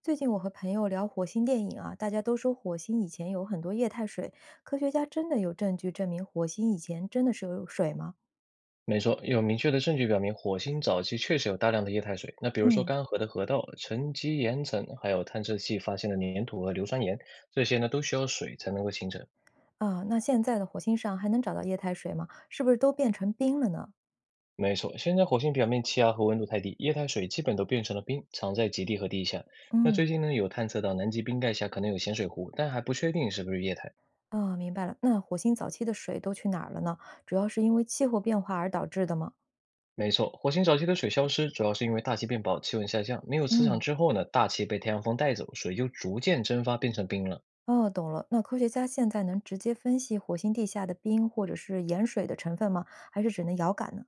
最近我和朋友聊火星电影啊，大家都说火星以前有很多液态水，科学家真的有证据证明火星以前真的是有水吗？没错，有明确的证据表明，火星早期确实有大量的液态水。那比如说嗯。干涸的河道、沉积岩层，还有探测器发现的粘土和硫酸盐，这些呢都需要水才能够形成。啊，那现在的火星上还能找到液态水吗？是不是都变成冰了呢？没错，现在火星表面气压和温度太低，液态水基本都变成了冰，藏在极地和地下。那最嗯。近呢，有探测到南极冰盖下可能有咸水湖，但还不确定是不是液态。啊，明白了。那火星早期的水都去哪儿了呢？主要是因为气候变化而导致的吗？没错，火星早期的水消失，主要是因为大气变薄，气温下降，没有磁场嗯。之后呢，大气被太阳风带走，水就逐渐蒸发变成冰了。哦，懂了。那科学家现在能直接分析火星地下的冰或者是盐水的成分吗？还是只能遥感呢？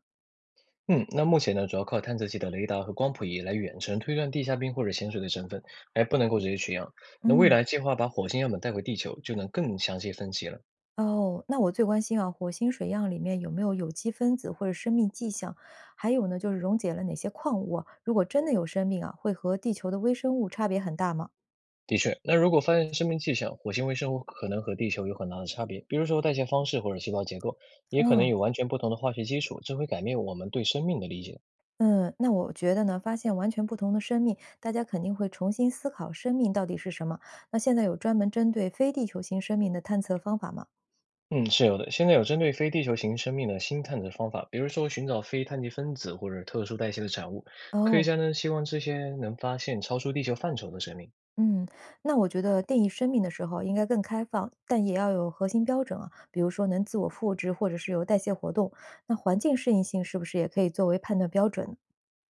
嗯，那目前呢，主要靠探测器的雷达和光谱仪来远程推断地下冰或者咸水的成分，还不能够直接取样。那未嗯。来计划把火星样本带回地球，就能更详细分析了。哦，那我最关心啊，火星水样里面有没有有机分子或者生命迹象？还有呢，就是溶解了哪些矿物啊，如果真的有生命啊，会和地球的微生物差别很大吗？的确，那如果发现生命迹象，火星微生物可能和地球有很大的差别，比如说代谢方式或者细胞结构，也可能哦。有完全不同的化学基础，这会改变我们对生命的理解。嗯，那我觉得呢，发现完全不同的生命，大家肯定会重新思考生命到底是什么。那现在有专门针对非地球型生命的探测方法吗？嗯，是有的。现在有针对非地球型生命的新探测方法，比如说寻找非碳基分子或者特殊代谢的产物。科学哦。家呢，希望这些能发现超出地球范畴的生命。嗯，那我觉得定义生命的时候应该更开放，但也要有核心标准啊，比如说能自我复制，或者是有代谢活动。那环境适应性是不是也可以作为判断标准呢？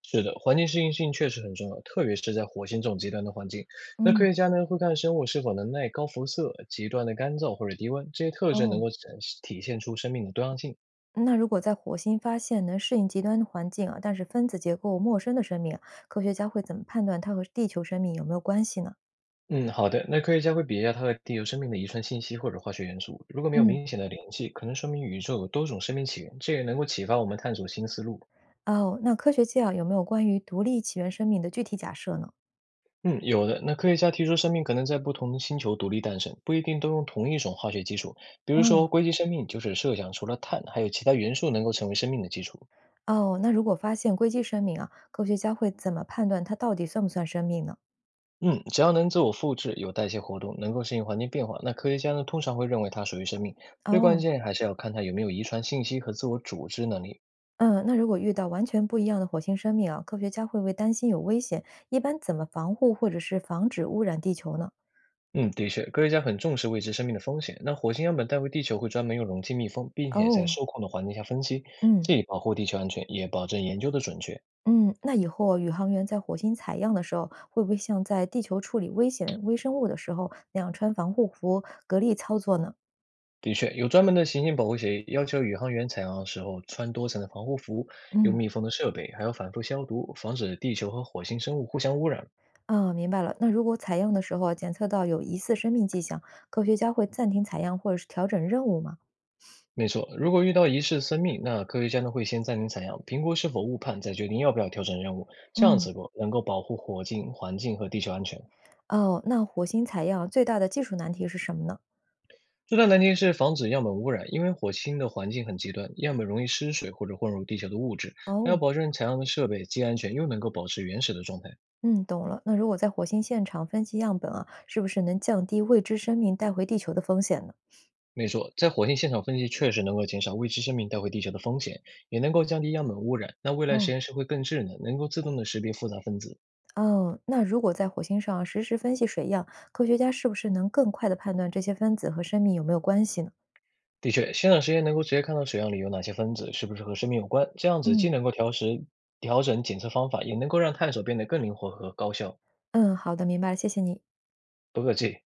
是的，环境适应性确实很重要，特别是在火星这种极端的环境。那科嗯。学家呢会看生物是否能耐高辐射、极端的干燥或者低温，这些特征能哦，够展体现出生命的多样性。那如果在火星发现能适应极端环境啊，但是分子结构陌生的生命啊，科学家会怎么判断它和地球生命有没有关系呢？嗯，好的。那科学家会比较它和地球生命的遗传信息或者化学元素，如果没有嗯。明显的联系，可能说明宇宙有多种生命起源，这也能够启发我们探索新思路。哦，那科学界啊有没有关于独立起源生命的具体假设呢？嗯，有的。那科学家提出，生命可能在不同的星球独立诞生，不一定都用同一种化学基础。比如说，嗯。硅基生命就是设想除了碳还有其他元素能够成为生命的基础。哦，那如果发现硅基生命啊，科学家会怎么判断它到底算不算生命呢？嗯，只要能自我复制、有代谢活动、能够适应环境变化，那科学家呢通常会认为它属于生命。最关哦。键还是要看它有没有遗传信息和自我组织能力。嗯，那如果遇到完全不一样的火星生命啊，科学家会不会担心有危险？一般怎么防护或者是防止污染地球呢？嗯，的确，科学家很重视未知生命的风险。那火星样本带回地球会专门用容器密封，并且在哦。受控的环境下分析，嗯既保护地球安全，也保证研究的准确。嗯，那以后啊宇航员在火星采样的时候，会不会像在地球处理危险微生物的时候那样穿防护服、隔离操作呢？的确，有专门的行星保护协议，要求宇航员采样的时候穿多层的防护服，用嗯。密封的设备，还要反复消毒，防止地球和火星生物互相污染。啊，明白了。那如果采样的时候啊检测到有疑似生命迹象，科学家会暂停采样或者是调整任务吗？没错，如果遇到疑似生命，那科学家呢会先暂停采样，评估是否误判，再决定要不要调整任务。这样嗯。子够能够保护火星环境和地球安全。哦，那火星采样最大的技术难题是什么呢？最大难题是防止样本污染，因为火星的环境很极端，样本容易失水或者混入地球的物质，还要哦。保证采样的设备既安全又能够保持原始的状态。嗯，懂了。那如果在火星现场分析样本啊，是不是能降低未知生命带回地球的风险呢？没错，在火星现场分析确实能够减少未知生命带回地球的风险，也能够降低样本污染。那未来实哦。验室会更智能，能够自动的识别复杂分子，哦，那如果在火星上实时分析水样，科学家是不是能更快地判断这些分子和生命有没有关系呢？的确，现场实验能够直接看到水样里有哪些分子是不是和生命有关，这样子嗯。既能够调时调整检测方法，也能够让探索变得更灵活和高效。嗯，好的，明白了，谢谢你。不客气。